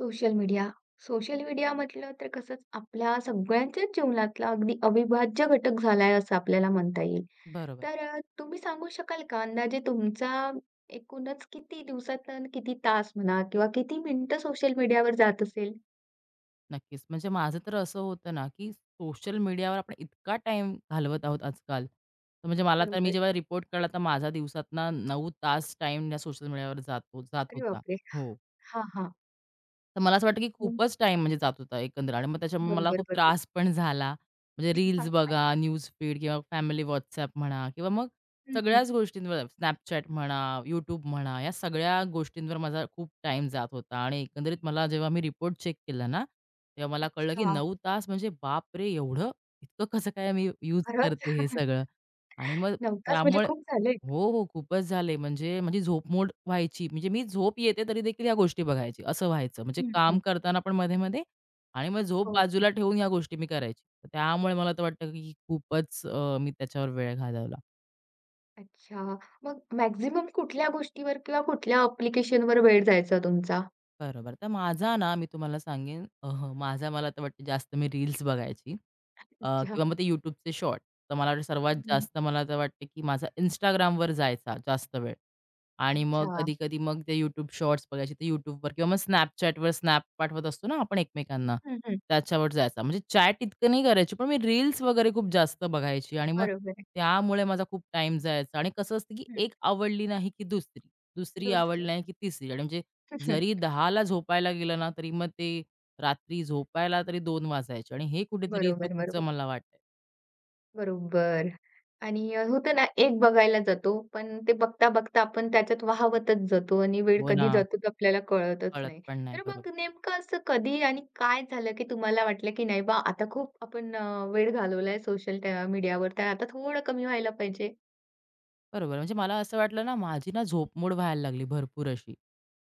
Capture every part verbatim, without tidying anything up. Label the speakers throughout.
Speaker 1: Social media. Social media म्हटलं तर कसंच आपल्या सगळ्यांच्याच जीवनातला अगदी अविभाज्य घटक झालाय असं आपल्याला म्हणता येईल.
Speaker 2: बरोबर.
Speaker 1: तर अ, तुम्ही सांगू शकाल का अंदाजे तुमचा एकूणच किती दिवसातनं किती तास म्हणा किंवा किती मिनिटं सोशल मीडियावर जात असेल?
Speaker 2: नक्कीच. म्हणजे माझं तर असं होतं ना, की सोशल मीडियावर आपण इतका टाइम घालवत आहोत आजकाल. तर म्हणजे मला तर मी
Speaker 1: बरोबर.
Speaker 2: जेव्हा रिपोर्ट कळला, तर माझा दिवसातना नऊ तास टाइम या सोशल मीडियावर जातो जात
Speaker 1: अरे
Speaker 2: होता.
Speaker 1: बापरे!
Speaker 2: हो.
Speaker 1: हां, हां.
Speaker 2: तर मला असं वाटतं की
Speaker 1: हं.
Speaker 2: खूपच टाईम म्हणजे जात होता एकंदर आणि मग त्याच्यामुळे मला
Speaker 1: बरोबर,
Speaker 2: खूप
Speaker 1: बरोबर.
Speaker 2: त्रास पण झाला. म्हणजे रील्स
Speaker 1: हां.
Speaker 2: बघा, न्यूज फीड किंवा फॅमिली WhatsApp म्हणा किंवा मग
Speaker 1: हं, हं.
Speaker 2: सगळ्याच गोष्टींवर Snapchat म्हणा, YouTube म्हणा, या सगळ्या गोष्टींवर माझा खूप टाईम जात होता आणि एकंदरीत मला जेव्हा मी रिपोर्ट चेक केला ना, तेव्हा मला कळलं की
Speaker 1: अच्छा.
Speaker 2: नऊ तास म्हणजे बापरे! एवढं? इतकं कसं काय मी यूज
Speaker 1: खरंच?
Speaker 2: करते हे सगळं आणि मग
Speaker 1: नऊ तास म्हणजे
Speaker 2: त्यामुळे
Speaker 1: खूप झाले.
Speaker 2: हो, हो. खूपच झाले. म्हणजे माझी मोड व्हायची. म्हणजे मी झोप येते तरी देखील ह्या गोष्टी बघायची, असं व्हायचं. म्हणजे
Speaker 1: हं,
Speaker 2: काम
Speaker 1: हं.
Speaker 2: करताना पण मध्ये-मध्ये आणि मग झोप
Speaker 1: हो.
Speaker 2: बाजूला ठेवून ह्या गोष्टी मी करायची. तर त्यामुळे मला तर वाटतं, की खूपच अ, मी त्याच्यावर वेळ घालवला.
Speaker 1: अच्छा. मग मॅक्सिमम कुठल्या गोष्टीवर किंवा कुठल्या ॲप्लिकेशनवर वेळ जायचा तुमचा?
Speaker 2: बरोबर. तर माझा ना, मी तुम्हाला सांगेन अह, माझा मला तर वाटतं जास्त मी रील्स बघायची अ,
Speaker 1: अच्छा.
Speaker 2: किंवा मग ते YouTubeचे शॉर्ट. तर मला वाटतं सर्वात
Speaker 1: हं, हं.
Speaker 2: जास्त मला तर वाटतं, की माझा Instagramवर जायचा जास्त वेळ आणि मग
Speaker 1: अच्छा.
Speaker 2: कधी-कधी मग ते YouTube शॉर्ट्स बघायचे ते YouTubeवर किंवा मग Snapchatवर स्नॅप पाठवत असतो ना आपण एकमेकांना,
Speaker 1: हं, हं.
Speaker 2: त्याच्यावर जायचा. म्हणजे चॅट इतकं नाही करायची, पण मी रील्स वगैरे खूप जास्त बघायची आणि मग
Speaker 1: बरोबर आहे.
Speaker 2: त्यामुळे माझा खूप टाईम जायचा आणि कसं असतं, की
Speaker 1: हं.
Speaker 2: एक आवडली नाही, की दुसरी, दुसरी आवडली
Speaker 1: दुसरी.
Speaker 2: नाही, की तिसरी आणि म्हणजे
Speaker 1: हं.
Speaker 2: जरी दहाला झोपायला गेलं ना, तरी मग ते रात्री झोपायला तरी दोन वाजायचे आणि हे कुठेतरी
Speaker 1: बरोबर,
Speaker 2: चुकीचं
Speaker 1: बरोबर.
Speaker 2: मला वाटतंय.
Speaker 1: बरोबर. आणि अ, होतं ना, एक बघायला जातो, पण ते बघता-बघता आपण त्याच्यात वाहावतच जातो आणि वेळ
Speaker 2: हो ना,
Speaker 1: कधी जातो ते आपल्याला कळतच
Speaker 2: कळत
Speaker 1: नाही.
Speaker 2: पण नाही.
Speaker 1: तर
Speaker 2: बरोबर.
Speaker 1: मग नेमकं असं कधी आणि काय झालं, की तुम्हाला वाटलं, की नाही बा आता खूप आपण अ, वेळ घालवलाय सोशल त्या मीडियावर, तर आता थोडं कमी व्हायला पाहिजे?
Speaker 2: बरोबर. म्हणजे मला असं वाटलं ना, माझी ना झोपमोड व्हायला लागली भरपूर अशी.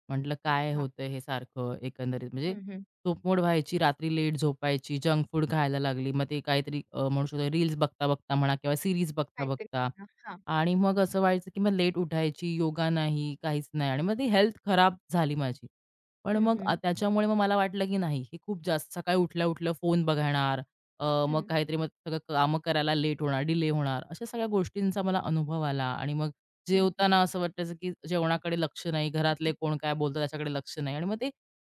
Speaker 2: म्हटलं काय
Speaker 1: अच्छा.
Speaker 2: होतंय हे सारखं एकंदरीत. म्हणजे
Speaker 1: हं, हं.
Speaker 2: झोपमोड व्हायची, रात्री लेट झोपायची, जंक फूड खायला लागली. मग ते काहीतरी अ, म्हणू शकतो रील्स बघता-बघता म्हणा किंवा सीरीज
Speaker 1: काहीतरी
Speaker 2: बघता-बघता
Speaker 1: ना. हां.
Speaker 2: आणि मग असं व्हायचं, की मग लेट उठायची, योगा नाही, काहीच नाही आणि मग ती हेल्थ खराब झाली माझी. पण
Speaker 1: हं,
Speaker 2: मग
Speaker 1: हं.
Speaker 2: अ, त्याच्यामुळे मग मला वाटलं, की नाही हे खूप जास्त सकाळी उठल्या-उठल्या फोन बघणार, अ, मग
Speaker 1: हं,
Speaker 2: काहीतरी मग सगळं कामं करायला लेट होणार, डिले होणार. अशा सगळ्या गोष्टींचा मला अनुभव आला आणि मग
Speaker 1: हं, हं.
Speaker 2: जेवताना असं वाटायचं, की जेवणाकडे लक्ष नाही, घरातले कोण काय बोलतात त्याच्याकडे लक्ष नाही आणि मग ते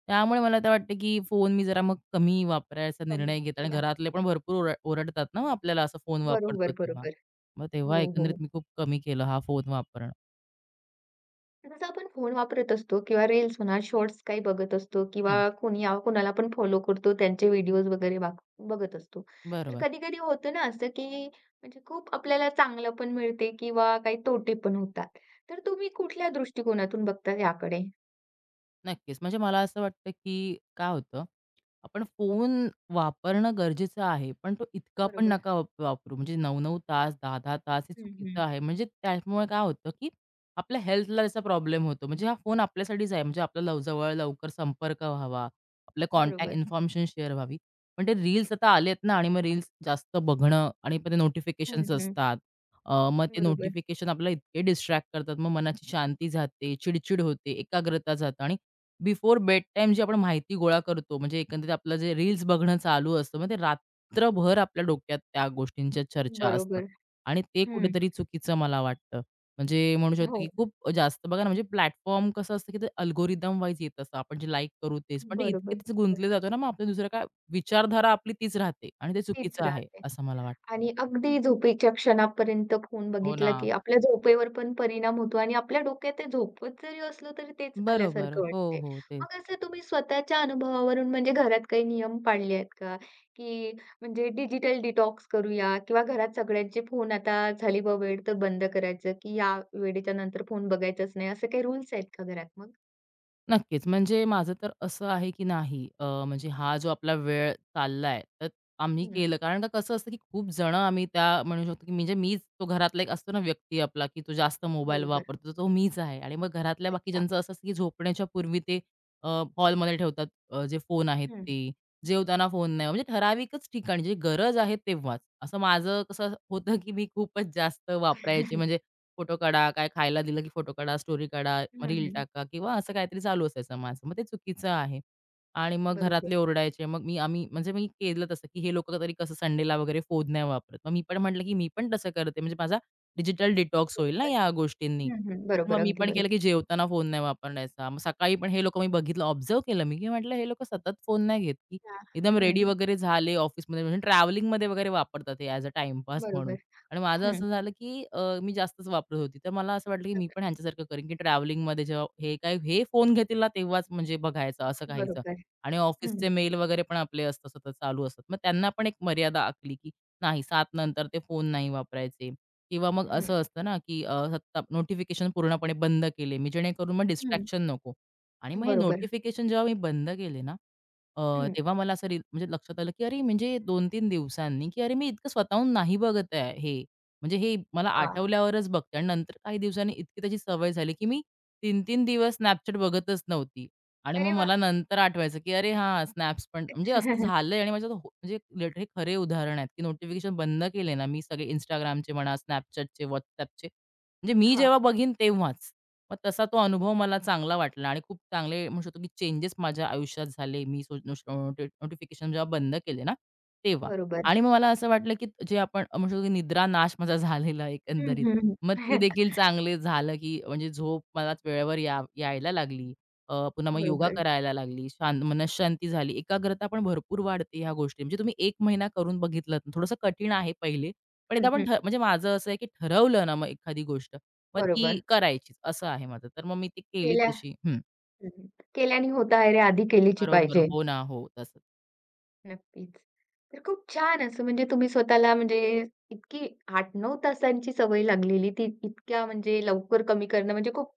Speaker 2: त्यामुळे मला तर वाटतं, की फोन मी जरा मग कमी वापरायचा
Speaker 1: कमी
Speaker 2: निर्णय घेते आणि
Speaker 1: केला.
Speaker 2: घरातले पण भरपूर ओरड ओरडतात ना, मग आपल्याला असं फोन वापरतो
Speaker 1: बरोबर,
Speaker 2: तेव्हा.
Speaker 1: बरोबर.
Speaker 2: मग तेव्हा
Speaker 1: हो,
Speaker 2: एकंदरीत
Speaker 1: हो.
Speaker 2: मी खूप कमी केलं हा फोन वापरणं.
Speaker 1: जसं आपण फोन वापरत असतो किंवा रील्स म्हणा, शॉर्ट्स काही बघत असतो किंवा
Speaker 2: हं,
Speaker 1: कोणी आ कोणाला आपण फॉलो करतो, त्यांचे व्हिडिओज वगैरे बाग बघत असतो. तर
Speaker 2: बरोबर.
Speaker 1: कधी-कधी होतं ना असं, की म्हणजे खूप आपल्याला चांगलं पण मिळते किंवा काही तोटे पण होतात. तर तुम्ही कुठल्या दृष्टिकोनातून बघता याकडे?
Speaker 2: नक्कीच. म्हणजे मला असं वाटतं, की काय होतं, आपण फोन वापरणं गरजेचं आहे, पण तो इतका पण
Speaker 1: बरोबर.
Speaker 2: नका वाप वापरू. म्हणजे नऊ नऊ तास, दहा दहा तास हे
Speaker 1: हं,
Speaker 2: चुकीचं
Speaker 1: हं.
Speaker 2: आहे. म्हणजे त्यामुळे काय होतं, की आपल्या हेल्थला त्याचा प्रॉब्लेम होतो. म्हणजे हा फोन आपल्यासाठीच आहे. म्हणजे आपला लव जवळ लवकर संपर्क व्हावा, आपलं कॉन्टॅक्ट
Speaker 1: बरोबर.
Speaker 2: इन्फॉर्मेशन शेअर व्हावी. पण ते रील्स आता आलेत ना आणि मग रील्स जास्त बघणं आणि मग ते
Speaker 1: हं,
Speaker 2: नोटिफिकेशन्स
Speaker 1: हं.
Speaker 2: असतात. अ, मग ते
Speaker 1: बरोबर.
Speaker 2: नोटिफिकेशन आपल्याला इतके डिस्ट्रॅक्ट करतात. मग मनाची शांती जाते, चिड होते, एकाग्रता जाते आणि बिफोर बेडटाईम जी आपण माहिती गोळा करतो, म्हणजे एकंदरीत आपलं जे रील्स बघणं चालू असतं, मग ते रात्रभर आपल्या डोक्यात त्या गोष्टींच्या चर्चा असतात
Speaker 1: बरोबर.
Speaker 2: आणि ते
Speaker 1: हं.
Speaker 2: कुठेतरी चुकीचं मला वाटतं. म्हणजे म्हणू शकतो की
Speaker 1: हो.
Speaker 2: खूप जास्त बघा ना, म्हणजे प्लॅटफॉर्म कसं असतं की ते अल्गोरिदम वाईज येत असतं. आपण जे लाईक करू तेच. पण ते
Speaker 1: बरोबर,
Speaker 2: इतकेच गुंतले जातो ना, मग आपलं दुसरं काय विचारधारा आपली तीच राहते आणि ते
Speaker 1: तीच
Speaker 2: चुकीचं आहे,
Speaker 1: राहते
Speaker 2: असं मला वाटतं.
Speaker 1: आणि अगदी झोपेच्या क्षणापर्यंत फोन
Speaker 2: हो ना.
Speaker 1: बघितला, की आपल्या झोपेवर पण परिणाम होतो आणि आपल्या डोक्यात ते झोपत जरी असलो तरी तेच
Speaker 2: बरोबर.
Speaker 1: आल्यासारखं
Speaker 2: हो,
Speaker 1: वाटते.
Speaker 2: हो. तेच.
Speaker 1: मग असं तुम्ही स्वतःच्या अनुभवावरून म्हणजे घरात काही नियम पाळले आहेत का? की म्हणजे डिजिटल डिटॉक्स करूया किंवा घरात सगळ्यांचे फोन आता झाली बा वेळ तर बंद करायचं, की या वेळेच्या नंतर फोन बघायचाच नाही. असे काही रूल्स आहेत का घरात मग?
Speaker 2: नक्कीच. म्हणजे माझं तर असं आहे, की नाही अ, म्हणजे हा जो आपला वेळ चाललाय, तर आम्ही
Speaker 1: हं,
Speaker 2: केलं. कारण का कसं असतं, की खूप जण आम्ही त्या म्हणू शकतो, की म्हणजे मीच तो घरातला एक असतो ना व्यक्ती आपला, की तो जास्त मोबाईल
Speaker 1: बरोबर.
Speaker 2: वापरतो, तर तो मीच आहे. आणि मग घरातल्या
Speaker 1: अच्छा.
Speaker 2: बाकीच्यांचं असं असतं, की झोपण्याच्या पूर्वी ते हॉलमध्ये ठेवतात अ, जे फोन आहेत
Speaker 1: हं.
Speaker 2: ते. जेवताना फोन नाही. म्हणजे ठराविकच ठिकाणी, जी गरज आहे तेव्हाच. असं माझं कसं होतं, की मी खूपच जास्त वापरायची म्हणजे फोटो काढा, काय खायला दिलं की फोटो काढा, स्टोरी काढा, मग
Speaker 1: हं,
Speaker 2: रील
Speaker 1: हं.
Speaker 2: टाका किंवा असं काहीतरी चालू असायचं माझं. मग ते चुकीचं आहे. आणि मग
Speaker 1: बरोबर,
Speaker 2: घरातले ओरडायचे. मग मी आम्ही म्हणजे मी केलं तसं, की हे लोकं तरी कसं संडेला वगैरे फोन नाही वापरत. मग मी पण म्हटलं, की मी पण तसं करते. म्हणजे माझा डिजिटल डिटॉक्स होईल ना
Speaker 1: बरोबर.
Speaker 2: या गोष्टींनी.
Speaker 1: हं, हं.
Speaker 2: तर
Speaker 1: बरोबर.
Speaker 2: मग मी
Speaker 1: अगदी
Speaker 2: पण केलं,
Speaker 1: बरोबर.
Speaker 2: की जेवताना फोन नाही वापरण्याचा. मग सकाळी पण हे लोकं मी बघितलं, ऑब्झर्व्ह केलं मी, की म्हटलं हे लोकं सतत फोन नाही घेत, की
Speaker 1: हां.
Speaker 2: एकदम रेडी
Speaker 1: हं.
Speaker 2: वगैरे झाले ऑफिसमध्ये म्हणजे ट्रॅव्हलिंगमध्ये वगैरे वापरतात हे ॲज अ टाईमपास म्हणून.
Speaker 1: बरोबर.
Speaker 2: आणि माझं
Speaker 1: हं.
Speaker 2: असं झालं, की अ, मी जास्तच वापरत होती. तर मला असं वाटलं, की मी पण ह्यांच्यासारखं करीन, की ट्रॅव्हलिंगमध्ये जेव्हा हे काय हे फोन घेतील ना, तेव्हाच म्हणजे बघायचं असं काहीचं.
Speaker 1: बरोबर.
Speaker 2: आणि
Speaker 1: हं,
Speaker 2: ऑफिसचे मेल वगैरे पण आपले असतात सतत चालू असतात. मग त्यांना पण एक मर्यादा आखली, की नाही सात नंतर ते फोन नाही वापरायचे किंवा मग
Speaker 1: हं,
Speaker 2: असं असतं ना, की अ, सत्ता नोटिफिकेशन पूर्णपणे बंद केले मी जेणेकरून मग
Speaker 1: हं.
Speaker 2: डिस्ट्रॅक्शन नको. आणि मग हे
Speaker 1: बरोबर.
Speaker 2: नोटिफिकेशन जेव्हा मी बंद केले ना अ,
Speaker 1: हं.
Speaker 2: तेव्हा मला असं रि म्हणजे लक्षात आलं, की अरे म्हणजे दोन तीन दिवसांनी, की अरे मी इतकं स्वतःहून नाही बघत आहे हे. म्हणजे हे मला
Speaker 1: हां.
Speaker 2: आठवल्यावरच बघते आणि नंतर काही दिवसांनी इतकी त्याची सवय झाली, की मी तीन तीन दिवस Snapchat बघतच नव्हती. आणि मग
Speaker 1: अरे
Speaker 2: मला
Speaker 1: वाह!
Speaker 2: नंतर आठवायचं, की अरे हां, स्नॅप्स पण म्हणजे असं झालंय आणि माझ्या हो म्हणजे लिटरली खरे उदाहरण आहेत, की नोटिफिकेशन बंद केले ना मी सगळे Instagramचे म्हणा, Snapchatचे, WhatsAppचे. म्हणजे मी
Speaker 1: हां.
Speaker 2: जेव्हा बघीन तेव्हाच. मग तसा तो अनुभव मला चांगला वाटला आणि खूप चांगले म्हणू शकतो, की चेंजेस माझ्या आयुष्यात झाले. मी नोटिफिकेशन जेव्हा बंद केले ना, तेव्हा.
Speaker 1: बरोबर.
Speaker 2: आणि मग मला असं वाटलं, की जे आपण म्हणू शकतो, की निद्रा नाश माझा झालेला आहे
Speaker 1: हं,
Speaker 2: एकंदरीत.
Speaker 1: हं,
Speaker 2: मग ती
Speaker 1: हं.
Speaker 2: देखील चांगले झालं, की म्हणजे झोप मला वेळेवर या यायला लागली. अ, पुन्हा मग योगा
Speaker 1: बरोबर.
Speaker 2: करायला लागली. शांत मनःशांती झाली. एकाग्रता पण भरपूर वाढते ह्या गोष्टी. म्हणजे तुम्ही एक महिना करून बघितलात, थोडंसं कठीण आहे पहिले. पण
Speaker 1: हं,
Speaker 2: एकदा आपण
Speaker 1: हं.
Speaker 2: ठ म्हणजे माझं असं आहे, की ठरवलं ना मग एखादी गोष्ट, मग ती
Speaker 1: बरोबर.
Speaker 2: करायचीच असं आहे माझं. तर मग मी ती केली
Speaker 1: केल्या
Speaker 2: तशी. हं.
Speaker 1: हं, हं. केल्याने होतं आहे रे आधी केलीची
Speaker 2: बरोबर.
Speaker 1: पाहिजे.
Speaker 2: हो ना. हो, तसंच.
Speaker 1: नक्कीच. तर खूप छान असं म्हणजे तुम्ही स्वतःला म्हणजे इतकी आठ ते नऊ तासांची सवय लागलेली ती इतक्या म्हणजे लवकर कमी करणं म्हणजे खूप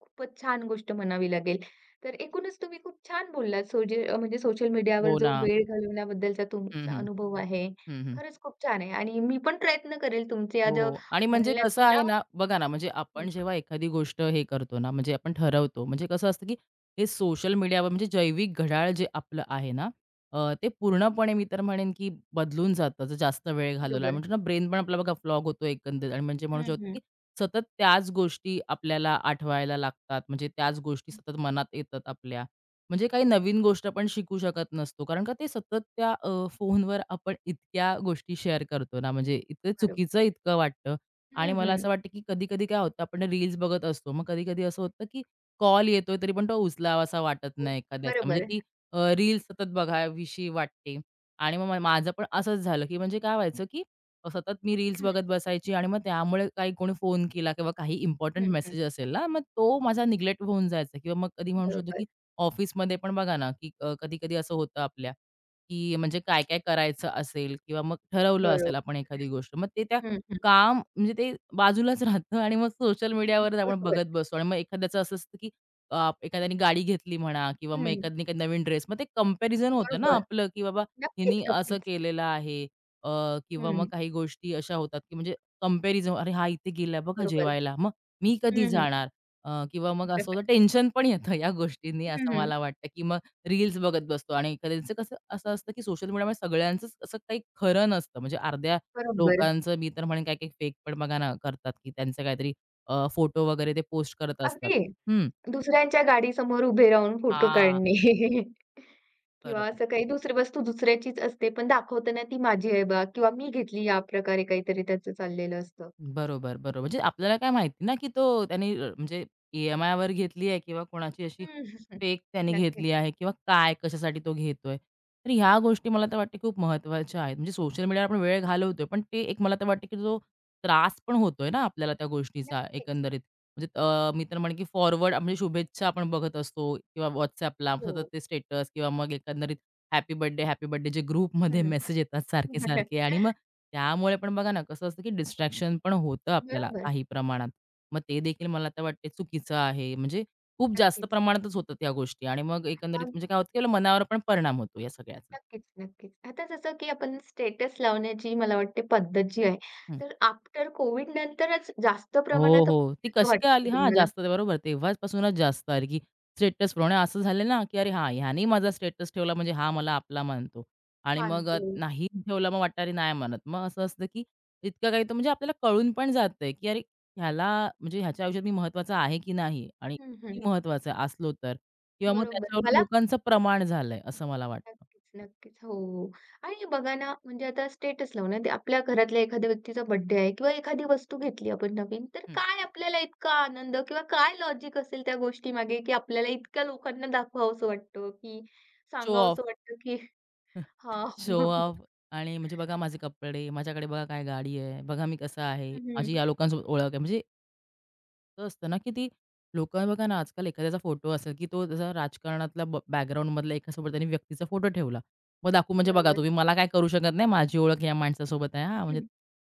Speaker 1: खूपच छान गोष्ट म्हणावी लागेल. तर एकूणच तुम्ही खूप छान बोललात सोजे अ, म्हणजे सोशल मीडियावर
Speaker 2: हो
Speaker 1: जो
Speaker 2: ना.
Speaker 1: वेळ घालवण्याबद्दलचा
Speaker 2: हं,
Speaker 1: तुमचा
Speaker 2: हं.
Speaker 1: अनुभव आहे.
Speaker 2: हं, हं.
Speaker 1: खरंच खूप छान आहे आणि मी पण प्रयत्न करेल तुमच्या
Speaker 2: हो,
Speaker 1: आज
Speaker 2: हो. आणि म्हणजे कसं
Speaker 1: बोलण्यातून ना
Speaker 2: आहे ना, बघा ना, म्हणजे
Speaker 1: हं,
Speaker 2: आपण जेव्हा एखादी गोष्ट हे करतो ना, म्हणजे आपण ठरवतो, म्हणजे कसं असतं, की हे सोशल मीडियावर म्हणजे जैविक घड्याळ जे आपलं आहे ना, अ, ते पूर्णपणे मी तर म्हणेन, की बदलून जातं जर जास्त वेळ घालवला.
Speaker 1: बरोबर.
Speaker 2: म्हणतो ना ब्रेन पण आपला बघा फ्लॉग होतो एकंदरीत आणि म्हणजे म्हणू
Speaker 1: हं,
Speaker 2: शकतो, की
Speaker 1: हं.
Speaker 2: सतत त्याच गोष्टी आपल्याला आठवायला लागतात. म्हणजे त्याच गोष्टी सतत मनात येतात आपल्या. म्हणजे काही
Speaker 1: हं,
Speaker 2: नवीन गोष्ट आपण शिकू शकत नसतो. कारण का ते सतत त्या अ, फोनवर आपण इतक्या गोष्टी शेअर करतो ना, म्हणजे इतकं चुकीचं
Speaker 1: बरोबर.
Speaker 2: इतकं वाटतं आणि
Speaker 1: हं,
Speaker 2: मला
Speaker 1: हं.
Speaker 2: असं वाटतं, की कधी-कधी काय होतं आपण रील्स बघत असतो. मग कधी-कधी असं होतं, की कॉल येतोय तरी पण तो उचलावासा वाटत नाही एखाद्याचा. म्हणजे
Speaker 1: बरोबर.
Speaker 2: ती अ, सतत बघावीशी वाटते आणि मग मा- माझं पण असंच झालं, की म्हणजे काय व्हायचं, की अ, सतत मी रील्स
Speaker 1: हं,
Speaker 2: बघत बसायची आणि मग त्यामुळे काही कोणी फोन केला किंवा काही इम्पोर्टंट
Speaker 1: हं, हं.
Speaker 2: मेसेज असेल ना, मग तो माझा निग्लेक्ट होऊन जायचा किंवा मग कधी म्हणू शकतो,
Speaker 1: बरोबर.
Speaker 2: की ऑफिसमध्ये पण बघा ना, की कधी-कधी असं होतं आपल्या, की म्हणजे काय-काय करायचं असेल किंवा मग ठरवलं
Speaker 1: बरो
Speaker 2: असेल आपण एखादी गोष्ट. मग ते त्या
Speaker 1: हं, हं.
Speaker 2: काम म्हणजे ते बाजूलाच राहतं आणि मग सोशल मीडियावरच आपण
Speaker 1: बरोबर.
Speaker 2: बघत बसतो आणि मग एखाद्याचं असं असतं, की अ, एखाद्याने गाडी घेतली म्हणा किंवा मग
Speaker 1: हं,
Speaker 2: एखाद्याने काही नवीन ड्रेस. मग ते कंपॅरिझन होतं ना
Speaker 1: बरोबर.
Speaker 2: आपलं, की बाबा हिनी
Speaker 1: नक्कीच,
Speaker 2: असं
Speaker 1: नक्कीच.
Speaker 2: केलेलं आहे अ, किंवा मग
Speaker 1: हं,
Speaker 2: काही गोष्टी अशा होतात, की म्हणजे कंपॅरिझन, "अरे, हा इथे गेला बघा
Speaker 1: बरोबर.
Speaker 2: जेवायला, मग मी कधी
Speaker 1: हं, हं.
Speaker 2: जाणार?" अ, किंवा मग असं होतं टेन्शन पण येतं या गोष्टींनी
Speaker 1: हं,
Speaker 2: असं
Speaker 1: हं.
Speaker 2: मला वाटतं, की मग रील्स बघत बसतो आणि एखाद्यांचं कसं असं असतं, की सोशल मीडियामुळे सगळ्यांचंच असं काही खरं नसतं. म्हणजे अर्ध्या
Speaker 1: बरोबर.
Speaker 2: लोकांचं मी तर म्हणेन काही-काही फेक पण बघा ना करतात, की त्यांचे काहीतरी अ, फोटो वगैरे ते पोस्ट करत असतात.
Speaker 1: अगदी.
Speaker 2: हं.
Speaker 1: दुसऱ्यांच्या गाडीसमोर उभे राहून फोटो
Speaker 2: हां,
Speaker 1: काढणे किंवा
Speaker 2: बरोबर.
Speaker 1: असं काही दुसरी वस्तू दुसऱ्याचीच असते, पण दाखवताना ती माझी आहे बा किंवा मी घेतली या प्रकारे काहीतरी त्याचं चाललेलं असतं.
Speaker 2: बरोबर, बरोबर. म्हणजे आपल्याला काय माहिती ना, की तो त्याने अ, म्हणजे ई-एम-आयवर घेतली आहे किंवा कोणाची अशी
Speaker 1: हं, हं, हं.
Speaker 2: फेक त्याने
Speaker 1: नक्कीच,
Speaker 2: घेतली आहे किंवा काय, कशासाठी तो घेतोय. तर ह्या गोष्टी मला तर वाटते खूप महत्त्वाच्या आहेत. म्हणजे सोशल मीडियावर आपण वेळ घालवतोय, पण ते एक मला तर वाटते, की जो त्रास पण होतोय ना आपल्याला त्या गोष्टीचा
Speaker 1: नक्कीच.
Speaker 2: एकंदरीत. म्हणजे अ, मी तर म्हणेन, की फॉरवर्ड म्हणजे शुभेच्छा आपण बघत असतो किंवा WhatsAppला सतत
Speaker 1: हो.
Speaker 2: ते स्टेटस किंवा मग एकंदरीत हॅपी बर्थडे, हॅपी बर्थडे जे ग्रुपमध्ये
Speaker 1: हं.
Speaker 2: मेसेज येतात सारखे-सारखे आणि मग त्यामुळे पण बघा ना, कसं असतं की डिस्ट्रॅक्शन पण होतं आपल्याला
Speaker 1: बरोबर.
Speaker 2: काही प्रमाणात. मग ते देखील मला तर वाटते चुकीचं आहे. म्हणजे खूप जास्त
Speaker 1: नक्कीच.
Speaker 2: प्रमाणातच होतात ह्या गोष्टी आणि मग एकंदरीत
Speaker 1: हां,
Speaker 2: म्हणजे काय होतं की आपल्या मनावर पण परिणाम होतो या सगळ्याचा.
Speaker 1: नक्कीच, नक्कीच. आता जसं की आपण स्टेटस लावण्याची मला वाटते पद्धत जी आहे,
Speaker 2: हं.
Speaker 1: तर आफ्टर कोविड नंतरच जास्त
Speaker 2: हो,
Speaker 1: प्रमाणात
Speaker 2: हो. ती
Speaker 1: असं
Speaker 2: कशी काय
Speaker 1: वाटतं
Speaker 2: आली?
Speaker 1: का
Speaker 2: हां,
Speaker 1: तुम्हाला?
Speaker 2: जास्त बरोबर. तेव्हापासूनच जास्त आली, की स्टेटस प्रमाणे असं झालं ना, की "अरे हां, ह्याने माझा स्टेटस ठेवला म्हणजे हा मला आपला मानतो." आणि मग अ,
Speaker 1: मानतो.
Speaker 2: नाही ठेवला मग वाटतं, "अरे नाही मानत." मग असं असतं, की इतकं काही तर म्हणजे आपल्याला कळून पण जातंय, की अरे ह्याला म्हणजे ह्याच्या आयुष्यात मी महत्त्वाचा आहे की नाही आणि
Speaker 1: हं, हं.
Speaker 2: किती महत्त्वाचा असलो तर किंवा मग
Speaker 1: बरोबर.
Speaker 2: त्याच्यावरून
Speaker 1: मला
Speaker 2: लोकांचं प्रमाण झालंय असं मला वाटतं.
Speaker 1: नक्कीच, नक्कीच. हो, हो. हो. आणि बघा ना, म्हणजे आता स्टेटस लावू ना, ते आपल्या घरातल्या एखाद्या व्यक्तीचा बर्थडे आहे किंवा एखादी वस्तू घेतली आपण नवीन, तर
Speaker 2: हं.
Speaker 1: काय आपल्याला इतका आनंद किंवा काय लॉजिक असेल त्या गोष्टीमागे, की आपल्याला इतक्या लोकांना दाखवावंसं वाटतं, की
Speaker 2: शो ऑफ.
Speaker 1: सांगावंसं वाटतं, की हां.
Speaker 2: शो ऑफ आणि म्हणजे बघा माझे कपडे, माझ्याकडे बघा काय गाडी आहे, बघा मी कसा आहे,
Speaker 1: हं,
Speaker 2: माझी
Speaker 1: हं.
Speaker 2: या लोकांसोबत ओळख आहे. म्हणजे असं असतं ना, की ती लोकं बघा ना, आजकाल एखाद्याचा फोटो असेल, की तो जसा राजकारणातला ब बॅकग्राऊंडमधला एकासोबत त्यांनी व्यक्तीचा फोटो ठेवला. मग दाखवू म्हणजे बघा
Speaker 1: बरोबर.
Speaker 2: तुम्ही मला काय करू शकत नाही, माझी ओळख या माणसासोबत आहे हां, म्हणजे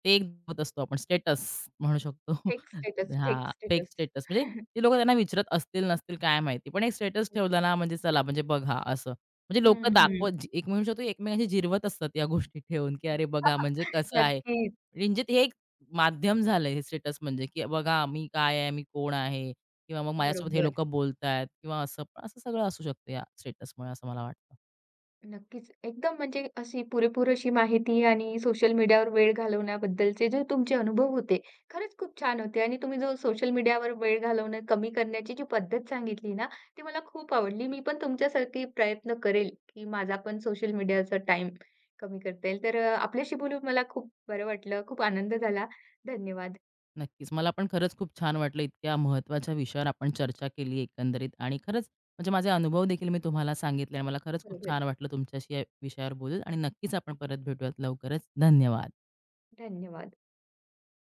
Speaker 2: ते एक दाखवत असतो आपण स्टेटस म्हणू शकतो.
Speaker 1: फेक स्टेटस, फेक
Speaker 2: हां, फेक
Speaker 1: स्टेटस.
Speaker 2: स्टेटस म्हणजे ते लोकं त्यांना विचारत असतील, नसतील काय माहिती. पण एक स्टेटस ठेवला ना, म्हणजे चला म्हणजे बघा असं. म्हणजे लोकं
Speaker 1: हं, हं.
Speaker 2: दाखवत जी- एक म्हणू शकतो, एकमेकांशी जिरवत असतात या गोष्टी ठेवून, की अरे बघा म्हणजे कसं आहे.
Speaker 1: नक्कीच.
Speaker 2: म्हणजे ते एक माध्यम झालंय हे स्टेटस म्हणजे, की बघा मी काय आहे, मी कोण आहे किंवा मग माझ्यासोबत हे
Speaker 1: बरोबर.
Speaker 2: लोकं बोलतायत किंवा असं पण असं सगळं असू शकतं या स्टेटसमुळे असं मला वाटतं.
Speaker 1: नक्कीच. एकदम म्हणजे अशी पुरेपूर अशी माहिती आणि सोशल मीडियावर वेळ घालवण्याबद्दलचे जे तुमचे अनुभव होते, खरंच खूप छान होते आणि तुम्ही जो सोशल मीडियावर वेळ घालवणं कमी करण्याची जी पद्धत सांगितली ना, ती मला खूप आवडली. मी पण तुमच्यासारखी प्रयत्न करेल, की माझा पण सोशल मीडियाचा टाईम कमी करता येईल. तर अ, आपल्याशी बोलून मला खूप बरं वाटलं. खूप आनंद झाला. धन्यवाद.
Speaker 2: नक्कीच. मला पण खरंच खूप छान वाटलं इतक्या महत्त्वाच्या विषयावर आपण चर्चा केली एकंदरीत आणि खरंच म्हणजे माझे अनुभव देखील मी तुम्हाला सांगितले आणि मला खरंच खूप
Speaker 1: बरोबर.
Speaker 2: छान वाटलं तुमच्याशी या विषयावर बोलून आणि नक्कीच आपण परत भेटूयात लवकरच. धन्यवाद.
Speaker 1: धन्यवाद.